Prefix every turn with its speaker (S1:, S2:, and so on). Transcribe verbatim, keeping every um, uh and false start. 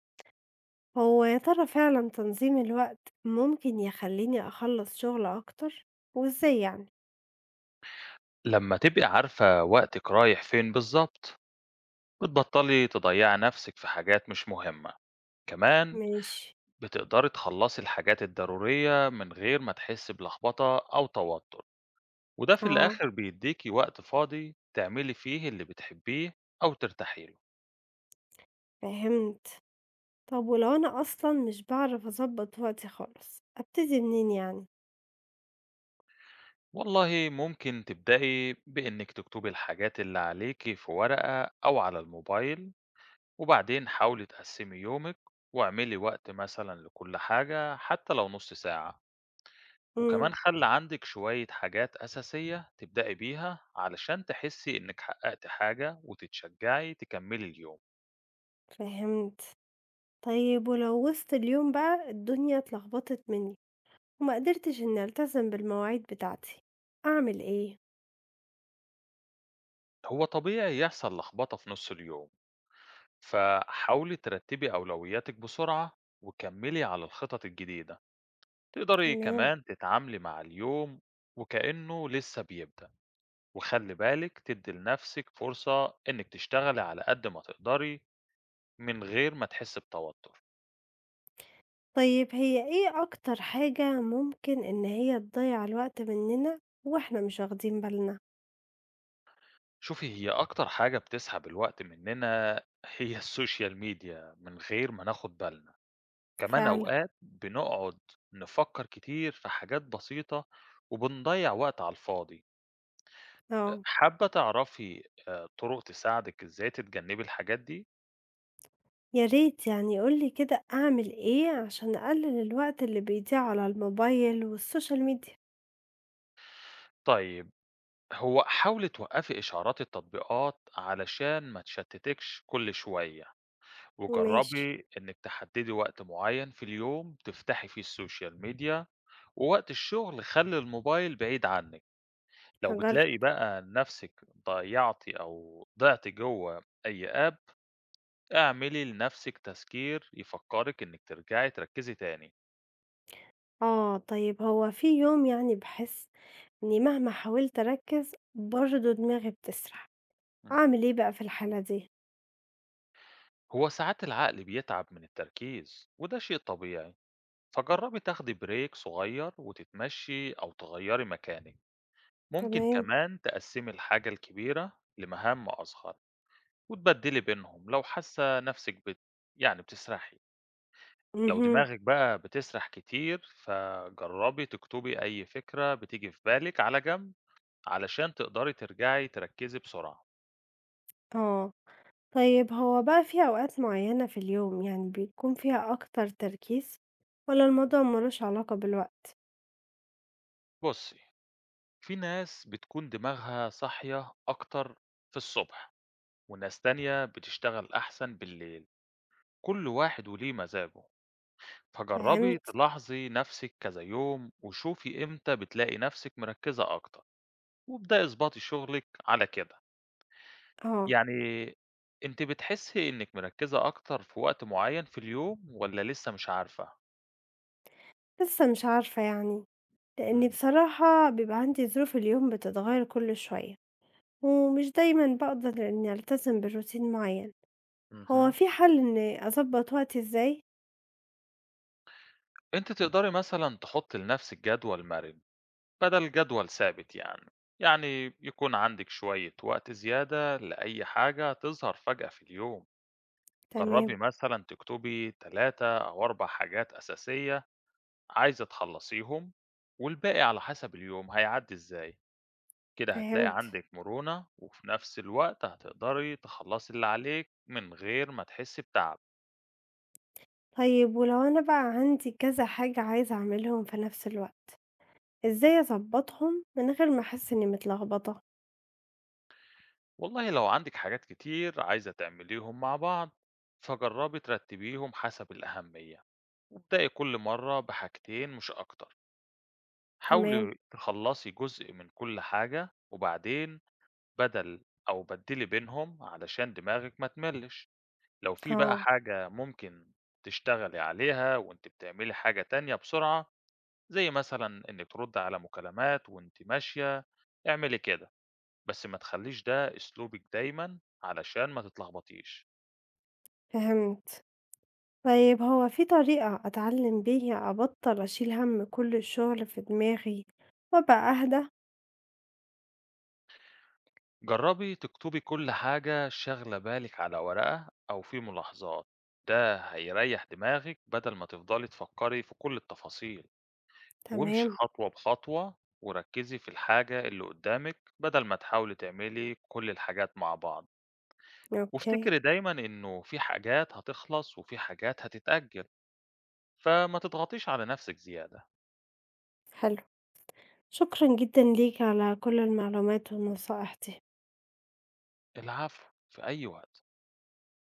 S1: هو يا ترى فعلا تنظيم الوقت ممكن يخليني أخلص شغل أكتر؟ وإزاي يعني؟
S2: لما تبقي عارفة وقتِك رايح فين بالضبط، بتبطّلي تضيّعي نَفْسِك في حاجات مش مهمة، كمان
S1: ماشي.
S2: بتقدري تخلّصي الحاجات الضرورية من غير ما تحسّي بلخبطة أو توتُّر، وده في
S1: اه،
S2: الآخِر بيدّيكِ وقت فاضي تعملي فيه اللي بتحبّيه أو ترتاحي له.
S1: فهمت. طب ولو أنا أصلا مش بعرف أظبط وقتي خالص أبتدي منين يعني؟
S2: والله ممكن تبدئي بإنِّك تكتبي الحاجات اللي عليكِ في ورقة أو على الموبايل، وبعدين حاولي تقسّمي يومِك واعملي وقت مثلًا لكل حاجة حتّى لو نُص ساعة.
S1: امم
S2: وكمان خلّي عندِك شوية حاجات أساسية تبدئي بيها علشان تحسّي إنِّك حققتِ حاجة وتتشجّعي تكمّلي اليوم.
S1: فهمت. طيب ولو وسط اليوم بقى الدنيا اتلخبطت مني وما قدرتش إني ألتزم بالمواعيد بتاعتي أعمل إيه؟
S2: هو طبيعي يحصل لخبطة في نُص اليوم، فحاولي ترتّبي أولوياتِك بسرعة وكمّلي على الخطط الجديدة. تقدري
S1: تمام.
S2: كمان تتعاملي مع اليوم وكإنّه لسّه بيبدأ، وخلّي بالِك تدّي لنَفْسِك فرصة إنِّك تشتغلي على قد ما تقدري من غير ما تحسّي بتوتُّر.
S1: طيب هي إيه أكتر حاجة ممكن إن هي تضيع الوقت مننا وإحنا مش واخدين بالنا؟
S2: شوفي، هي أكتر حاجة بتسحب الوقت مننا هي السوشيال ميديا من غير ما ناخد بالنا، كمان
S1: فعلًا،
S2: أوقات بنقعد نفكر كتير في حاجات بسيطة وبنضيّع وقت على الفاضي. أ
S1: آه،
S2: حابة تعرفي آآ طرق تساعدِك إزاي تتجنبي الحاجات دي؟
S1: يا ريت يعني قُل لي كده أعمل إيه عشان أقلل الوقت اللي بيضيع على الموبايل والسوشيال ميديا؟
S2: طيب، هو حاولي توقّفي إشعارات التطبيقات علشان ما تشتتِكش كل شوية.
S1: ماشي،
S2: وجربي إنِّك تحددي وقت معين في اليوم تفتحي فيه السوشيال ميديا، ووقت الشغل خلّي الموبايل بعيد عنِّك. لو
S1: هاجرب.
S2: بتلاقي بقى نَفْسِك ضيّعتِ أو ضِعتِ جوّه أي app، اعملي لنَفْسِك تذكير يفكّرِك إنِّك ترجعي تركّزي تاني.
S1: آه، طيب هو في يوم يعني باحس إني مهما حاولت أركّز برضه دماغي بتسرح،
S2: إمم.
S1: أعمل إيه بقى في الحالة دي؟
S2: هو ساعات العقل بيتعب من التركيز وده شيء طبيعي، فجرّبي تاخدي break صغير وتتمشّي أو تغيّري مكانِك. ممكن
S1: تمام،
S2: كمان تقسّمي الحاجة الكبيرة لمهام أصغر وتبدّلي بينهم لو حاسة نَفْسِك بت يعني بتسرحي. لو
S1: اهم،
S2: دماغِك بقى بتسرح كتير، فجرّبي تكتبي أي فكرة بتيجي في بالِك على جنب علشان تقدري ترجعي تركّزي بسرعة.
S1: آه، طيب هو بقى في أوقات معيّنة في اليوم يعني بيكون فيها أكتر تركيز والّا الموضوع ما لوش علاقة بالوقت؟
S2: بُصّي، في ناس بتكون دماغها صاحية أكتر في الصبح وناس تانية بتشتغل أحسن بالليل، كل واحد وليه مزاجه، فجرّبي
S1: فهمت،
S2: تلاحظي نَفْسِك كذا يوم وشوفي إمتى بتلاقي نَفْسِك مركّزة أكتر وابدئي اضبطي شغلِك على كده.
S1: آه،
S2: يعني أنتِ بتحسّي إنِّك مركّزة أكتر في وقت معيّن في اليوم والّا لسه مش عارفة؟
S1: لسه مش عارفة يعني. لأني
S2: إمم،
S1: بصراحة بيبقى عندي ظروف اليوم بتتغير كل شوية ومش دايما بقدر إني ألتزم بروتين معين. هو
S2: اهم.
S1: في حل إني أظبط وقتي إزاي؟
S2: أنتِ تقدري مثلًا تحُطّي لنَفْسِك جدول مَرِن بدل جدول ثابت يعني، يعني يكون عندِك شوية وقت زيادة لأي حاجة تظهر فجأة في اليوم.
S1: تمام،
S2: جرّبي مثلًا تكتبي ثلاث أو أربع حاجات أساسية عايزة تخلّصيهم والباقي على حسب اليوم هيعدّي إزاي. كده هتلاقي
S1: فهمت.
S2: عندِك مرونة، وفي نفس الوقت هتقدري تخلّصي اللي عليِك من غير ما تحسّي بتعب.
S1: طيب ولو أنا بقى عندي كذا حاجة عايزة أعملهم في نفس الوقت إزاي أظبطهم من غير ما أحس إني متلخبطة؟
S2: والله لو عندِك حاجات كتير عايزة تعمليهم مع بعض، فجرّبي ترتّبيهم حسب الأهمية، وابدئي كل مرّة بحاجتين مش أكتر.
S1: تمام.
S2: حاولي تخلّصي جزء من كل حاجة، وبعدين بدل أو بدّلي بينهم علشان دماغِك ما تملِّش. لو في بقى
S1: اه،
S2: حاجة ممكن تشتغلي عليها وأنتِ بتعملي حاجة تانية بسرعة، زي مثلا إنك ترد على مكالمات وأنت ماشية، اعملي كده، بس ما تخليش ده أسلوبك دايما علشان ما تتلخبطيش.
S1: فهمت. طيب هو في طريقة أتعلم بيها أبطل أشيل هم كل الشغل في دماغي وأبقى أهدى؟
S2: جربي تكتبي كل حاجة شاغلة بالك على ورقة أو في ملاحظات، ده هيريح دماغك بدل ما تفضلي تفكري في كل التفاصيل. وامشي
S1: تمام.
S2: خطوة بخطوة وركزي في الحاجة اللي قدامك بدل ما تحاولي تعملي كل الحاجات مع بعض.
S1: اوكي.
S2: وافتكري دايما إنه في حاجات هتخلص وفي حاجات هتتأجل، فما تضغطيش على نفسِك زيادة.
S1: حلو، شكرًا جدًا ليك على كل المعلومات والنصائح دي.
S2: العفو في أي وقت.